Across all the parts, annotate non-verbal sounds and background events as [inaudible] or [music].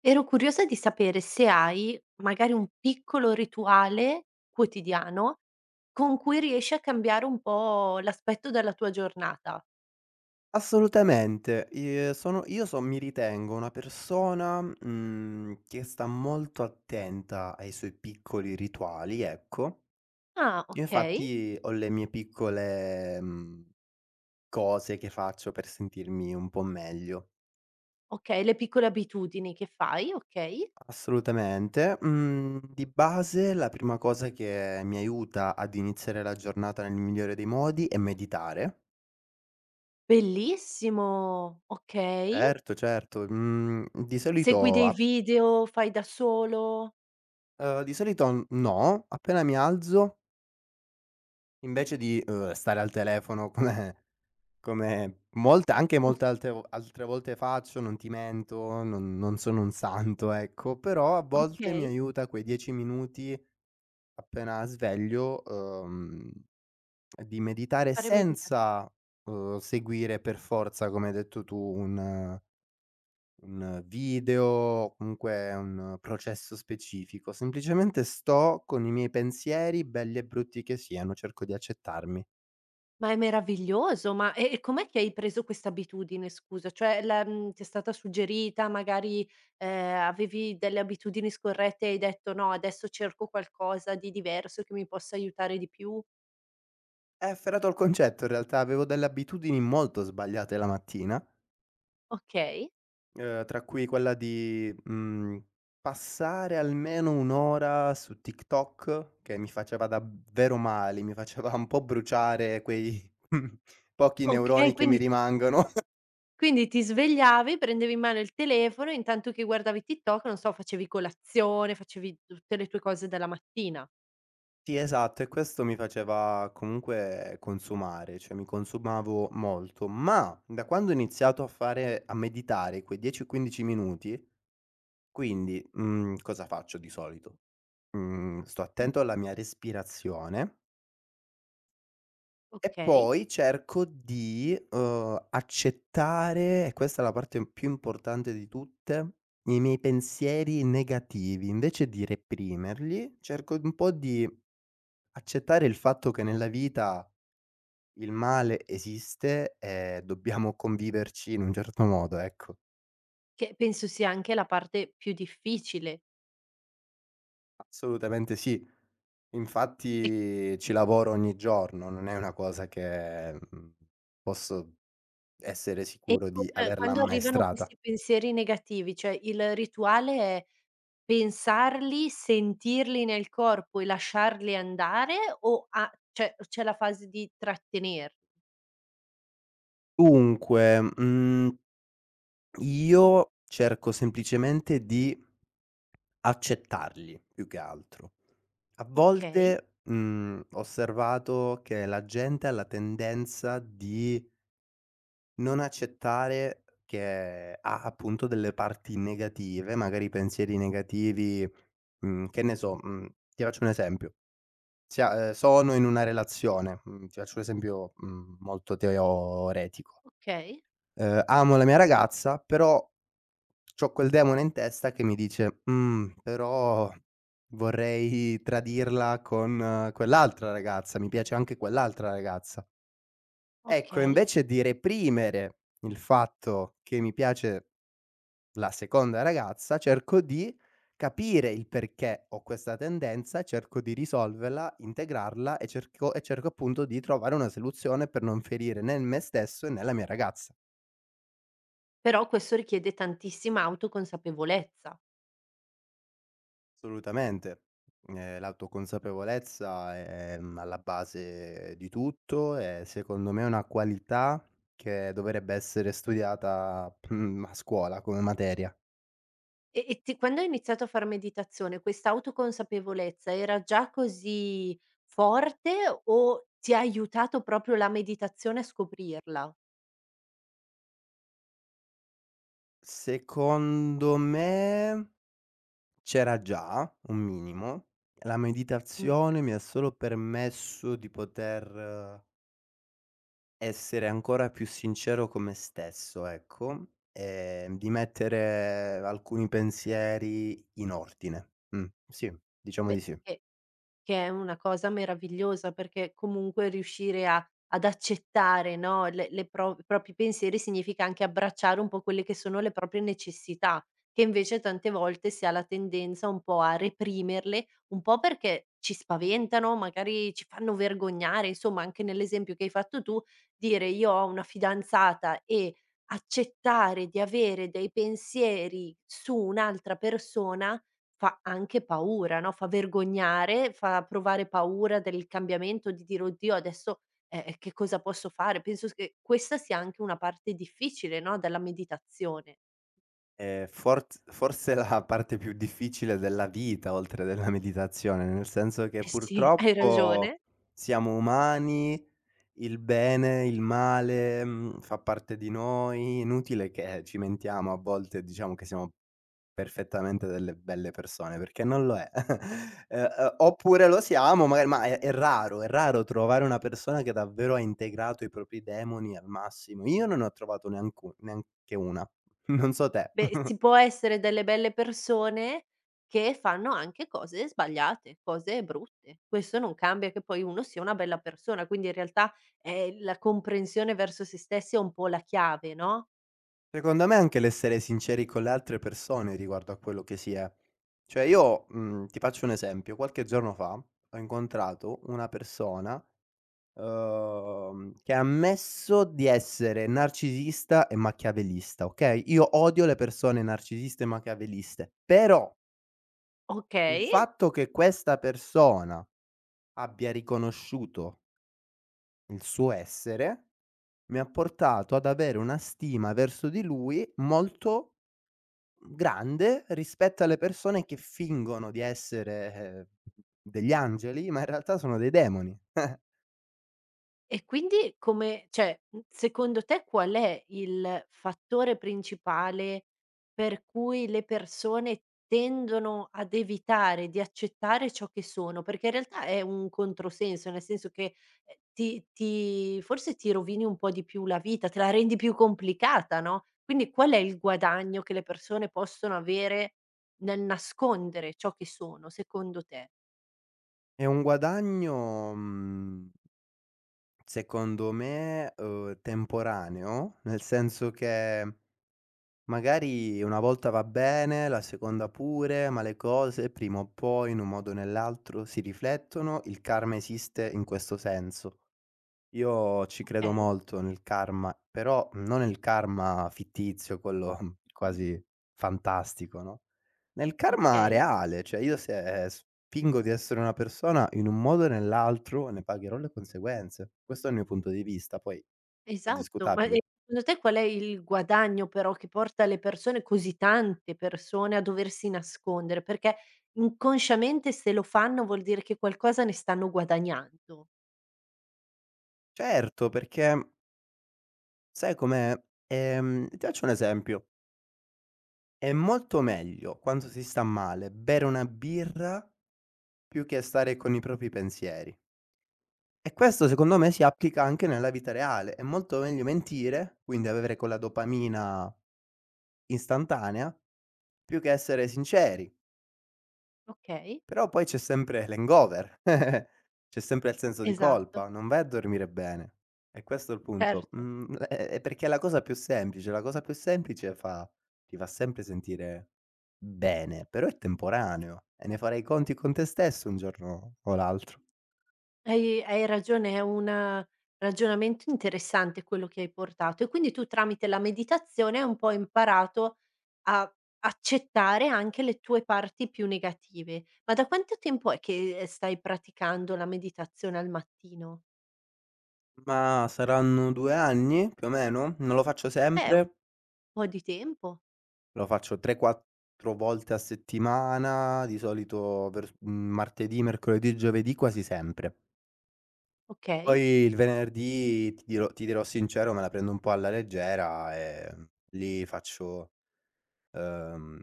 Ero curiosa di sapere se hai magari un piccolo rituale quotidiano con cui riesci a cambiare un po' l'aspetto della tua giornata. Assolutamente. Sono io so mi ritengo una persona, che sta molto attenta ai suoi piccoli rituali, ecco. Ah, Io okay, infatti ho le mie piccole, cose che faccio per sentirmi un po' meglio. okay, le piccole abitudini che fai, okay. Assolutamente. Mhmm, di base la prima cosa che mi aiuta ad iniziare la giornata nel migliore dei modi è meditare. Bellissimo, okay. Certo, certo. Mhmm, di Segui solito dei a video, fai da solo? Di solito n no, appena mi alzo. Invece di, stare al telefono come molte anche Mh, molte alte vo altre volte faccio, non ti mento, non sono un santo, ecco, però a volte mi okay, aiuta quei 10 minuti appena sveglio, di meditare fare medita senza, seguire per forza, come hai detto tu, un video o comunque un processo specifico. Semplicemente sto con i miei pensieri, belli e brutti che siano, cerco di accettarmi. ma è meraviglioso, ma e com'è che hai preso questa abitudine, scusa? Cioè ti è stata suggerita, magari, avevi delle abitudini scorrette e hai detto: "No, adesso cerco qualcosa di diverso che mi possa aiutare di più"? È afferrato al concetto in realtà, avevo delle abitudini molto sbagliate la mattina, Okay, tra cui quella di, mhmm, passare almeno 1 ora su TikTok, che mi faceva davvero male, mi faceva un po' bruciare quei [laughs] pochi okay, neuroni che mi quindi rimangono. [laughs] quindi ti svegliavi, prendevi in mano il telefono, intanto che guardavi TikTok, non so, facevi colazione, facevi tutte le tue cose della mattina. Sì, esatto, e questo mi faceva comunque consumare, cioè mi consumavo molto, ma da quando ho iniziato a meditare quei 10 o 15 minuti, quindi, cosa faccio di solito? Sto Mh, attento alla mia respirazione e okay, poi cerco di, accettare, e questa è la parte più importante di tutte, i miei pensieri negativi. Invece di reprimerli, cerco un po' di accettare il fatto che nella vita il male esiste e dobbiamo conviverci in un certo modo, ecco. che penso sia anche la parte più difficile. Assolutamente sì. e Infatti ci lavoro ogni giorno, non è una cosa che, posso essere E sicuro con di averla quando arrivano ammaestrata. questi pensieri negativi, cioè il rituale è pensarli, sentirli nel corpo e lasciarli andare, o a cioè c'è la fase di trattener Dunque, io cerco semplicemente di accettarli, più che altro. A Okay, volte, ho osservato che la gente ha la tendenza di non accettare che ha appunto delle parti negative, magari pensieri negativi, che ne so, ti faccio un esempio: sia sono in una relazione, ti faccio un esempio, molto teoretico. okay, Amo la mia ragazza, però c'ho quel demone in testa che mi dice: "Però vorrei tradirla con quell'altra ragazza, mi piace anche quell'altra ragazza". Ecco, okay. invece di reprimere il fatto che mi piace la seconda ragazza, cerco di capire il perché ho questa tendenza, cerco di risolverla, integrarla e cerco appunto di trovare una soluzione per non ferire né me stesso, né la mia ragazza. Però questo richiede tantissima autoconsapevolezza. Assolutamente. L'autoconsapevolezza è, mhmm, alla base di tutto e secondo me è una qualità che dovrebbe essere studiata, a scuola come materia. E ti quando hai iniziato a far meditazione, questa autoconsapevolezza era già così forte, o ti ha aiutato proprio la meditazione a scoprirla? Secondo me c'era già un minimo. La Mh, meditazione mi ha solo permesso di poter essere ancora più sincero con me stesso, ecco, di mettere alcuni pensieri in ordine. Sì, diciamo beh, di sì. eh che è una cosa meravigliosa, perché comunque riuscire a ad accettare, no, le pro i propri pensieri significa anche abbracciare un po' quelle che sono le proprie necessità, che invece tante volte si ha la tendenza un po' a reprimerle, un po' perché ci spaventano, magari ci fanno vergognare, insomma anche nell'esempio che hai fatto tu, dire: "Io ho una fidanzata", e accettare di avere dei pensieri su un'altra persona. Fa anche paura, no, fa vergognare, fa provare paura del cambiamento, di dire: "Oddio adesso, che cosa posso fare?" Penso s che questa sia anche una parte difficile, no, della meditazione. Forz forse la parte più difficile della vita, oltre della meditazione, nel senso che Eh sì, [laughs] hai purtroppo ragione. siamo umani, il bene, il male, fa parte di noi, inutile che ci mentiamo a volte, diciamo che siamo perfettamente delle belle persone, perché non lo è. [laughs] Oppure lo siamo magari, ma è raro, è raro trovare una persona che davvero ha integrato i propri demoni al massimo. Io non ne ho trovato neancu neanche una. [laughs] Non so te. Beh, si [laughs] può essere delle belle persone che fanno anche cose sbagliate, cose brutte. Questo non cambia che poi uno sia una bella persona, quindi in realtà, la comprensione verso se stessi è un po' la chiave, no? Secondo me anche l'essere sinceri con le altre persone riguardo a quello che si è. Cioè io, ti faccio un esempio: qualche giorno fa ho incontrato una persona che ha ammesso di essere narcisista e machiavellista, okay, io odio le persone narcisiste e machiavelliste, però il Okay. fatto che questa persona abbia riconosciuto il suo essere, mi ha portato ad avere una stima verso di lui molto grande rispetto alle persone che fingono di essere, degli angeli, ma in realtà sono dei demoni. [laughs] E quindi come cioè, secondo te qual è il fattore principale per cui le persone tendono ad evitare di accettare ciò che sono? Perché in realtà è un controsenso, nel senso che, ti ti forse ti rovini un po' di più la vita, te la rendi più complicata, no? Quindi qual è il guadagno che le persone possono avere nel nascondere ciò che sono, secondo te? È un guadagno, mhmm Secondo me, temporaneo, nel senso che magari una volta va bene, la seconda pure, ma le cose prima o poi, in un modo o nell'altro, si riflettono. Il karma esiste in questo senso. Io ci credo Okay, molto nel karma, però non nel karma fittizio, quello [laughs] quasi fantastico, no, nel karma okay. reale, cioè io se spingo di essere una persona in un modo o nell'altro ne pagherò le conseguenze. Questo è il mio punto di vista, poi è Esatto, ma, discutabile. secondo te qual è il guadagno però che porta le persone, così tante persone, a doversi nascondere? Perché inconsciamente, se lo fanno, vuol dire che qualcosa ne stanno guadagnando, Certo, perché sai com'è? Ti faccio un esempio: è molto meglio quando si sta male bere una birra più che stare con i propri pensieri. E questo secondo me si applica anche nella vita reale. È molto meglio mentire, quindi avere quella dopamina istantanea, più che essere sinceri. okay? Però poi c'è sempre l'hangover, [laughs] c'è sempre il senso di Esatto, colpa, non vai a dormire bene. E questo è il punto. certo. Mhmm, l è perché è la cosa più semplice, la cosa più semplice fa ti fa sempre sentire bene, però è temporaneo e ne farai i conti con te stesso un giorno o l'altro. Hai ragione, è un ragionamento interessante quello che hai portato, e quindi tu tramite la meditazione hai un po' imparato a accettare anche le tue parti più negative. Ma da quanto tempo è che, stai praticando la meditazione al mattino? Ma saranno 2 anni più o meno? Non lo faccio Un sempre. po' di tempo. Lo faccio 3, 4 volte a settimana, di solito martedì, mercoledì, giovedì, quasi sempre. Poi Okay, il venerdì, ti dirò sincero, me la prendo un po' alla leggera e, lì faccio, uhm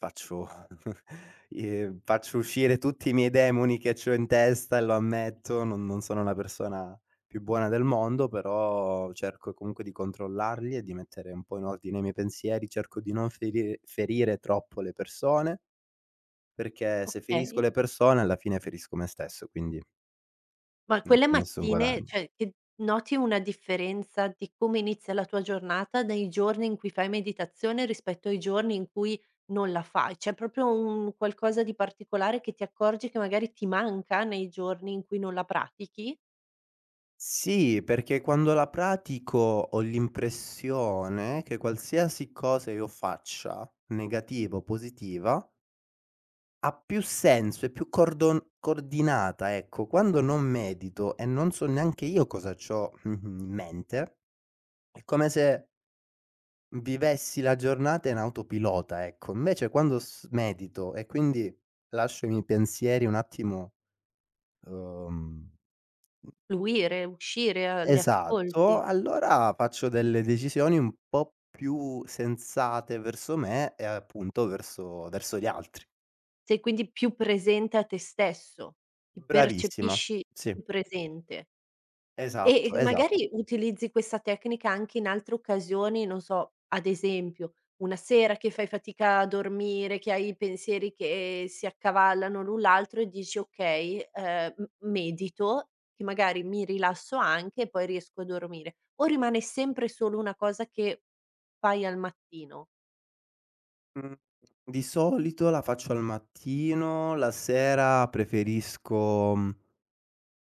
faccio [laughs] faccio uscire tutti i miei demoni che c'ho in testa e lo ammetto, non sono la persona più buona del mondo, però cerco comunque di controllarli e di mettere un po' in ordine i miei pensieri, cerco di non ferire troppo le persone, perché se ferisco okay. le persone alla fine ferisco me stesso, quindi Ma non quelle c'è nessun mattine, guadagno. cioè, che noti una differenza di come inizia la tua giornata dai giorni in cui fai meditazione rispetto ai giorni in cui non la fai? C'è proprio un qualcosa di particolare che ti accorgi che magari ti manca nei giorni in cui non la pratichi? Sì, perché quando la pratico ho l'impressione che qualsiasi cosa io faccia, negativa o positiva, ha più senso, è più cordon coordinata, ecco. Quando non medito e non so neanche io cosa c'ho, mhmm, in mente, è come se vivessi la giornata in autopilota, ecco. Invece quando s medito e quindi lascio i miei pensieri un attimo, uhm Fluire, uscire, a li esatto, ascolti. allora faccio delle decisioni un po' più sensate verso me e appunto verso gli altri. Sei quindi più presente a te stesso, ti Bravissima. percepisci Sì, più presente. E, esatto, esa magari utilizzi questa tecnica anche in altre occasioni, non so, ad esempio una sera che fai fatica a dormire, che hai i pensieri che si accavallano l'un l'altro e dici: "Okay, m medito, che magari mi rilasso anche e poi riesco a dormire." O rimane sempre solo una cosa che fai al mattino? Mhmm, di solito la faccio al mattino, la sera preferisco, mhmm,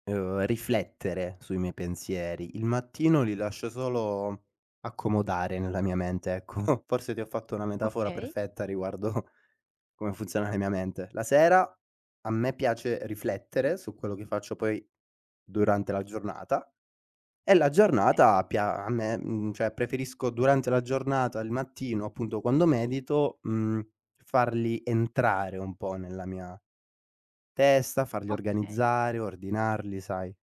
riflettere sui miei pensieri. Il mattino li lascio solo accomodare nella mia mente, ecco. [laughs] Forse ti ho fatto una metafora Okay, perfetta riguardo [laughs] come funziona la mia mente. La sera a me piace riflettere su quello che faccio poi durante la giornata e la okay, giornata pia a me mhmm, cioè preferisco durante la giornata, il mattino, appunto, quando medito, farli entrare un po' nella mia testa, farli okay. organizzare, ordinarli, sai.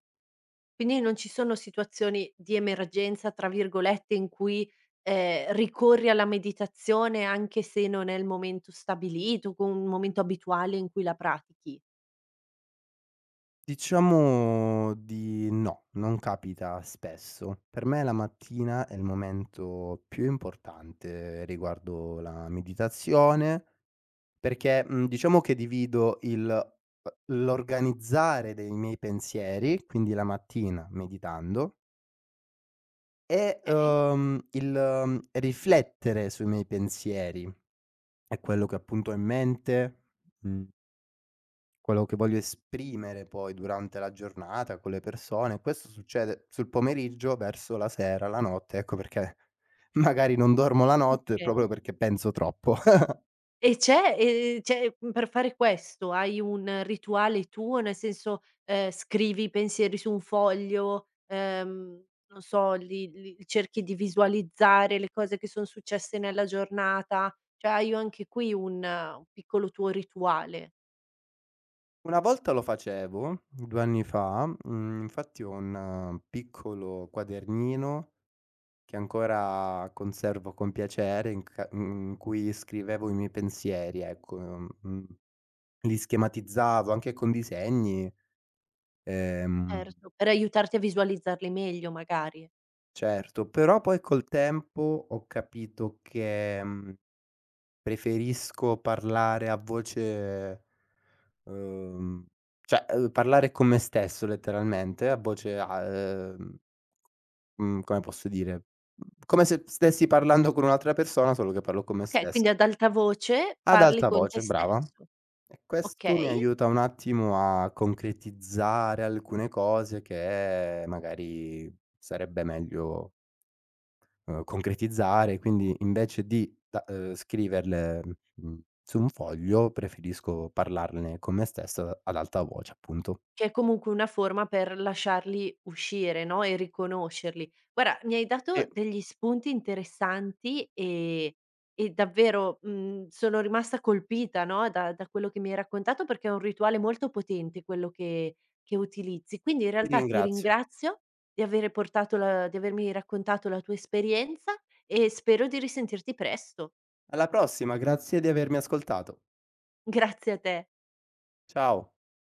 Quindi non ci sono situazioni di "emergenza" tra virgolette in cui, ricorri alla meditazione anche se non è il momento stabilito, con un momento abituale in cui la pratichi. Diciamo di no, non capita spesso. Per me la mattina è il momento più importante riguardo la meditazione. Perché, diciamo che divido il l'organizzare dei miei pensieri, quindi la mattina meditando, e, Okay, il, mhmm, riflettere sui miei pensieri e quello che appunto ho in mente, mhmm, quello che voglio esprimere poi durante la giornata con le persone. Questo succede sul pomeriggio, verso la sera, la notte, ecco perché magari non dormo la notte proprio okay. perché penso troppo. E c'è cioè, per fare questo hai un rituale tuo? Nel senso, scrivi i pensieri su un foglio, non so, li li cerchi di visualizzare le cose che son successe nella giornata, cioè hai anche qui un piccolo tuo rituale. Una volta lo facevo, 2 anni fa, infatti ho un piccolo quadernino che ancora conservo con piacere in cui scrivevo i miei pensieri, ecco, li schematizzavo anche con disegni, ehm, Certo. Per aiutarti a visualizzarli meglio, magari. certo, però poi col tempo ho capito che, preferisco parlare a voce, uhm, cioè, parlare con me stesso letteralmente a voce come posso dire, come se stessi parlando con un'altra persona, solo che parlo con me Okay, stesso. quindi ad alta voce Ad parli alta con te voce, brava. stesso. E questo mi Okay. aiuta un attimo a concretizzare alcune cose che magari sarebbe meglio, concretizzare, quindi invece di da scriverle, mhmm, su un foglio, preferisco parlarne con me stesso ad alta voce, appunto. Che è comunque una forma per lasciarli uscire, no, e riconoscerli. Guarda, mi hai dato E degli spunti interessanti e davvero, sono rimasta colpita, no, da quello che mi hai raccontato, perché è un rituale molto potente quello che utilizzi. Quindi in ti realtà ti ringrazio. ringrazio di avermi raccontato la tua esperienza, e spero di risentirti presto. Alla prossima, grazie di avermi ascoltato. [laughs] Grazie a te. Ciao.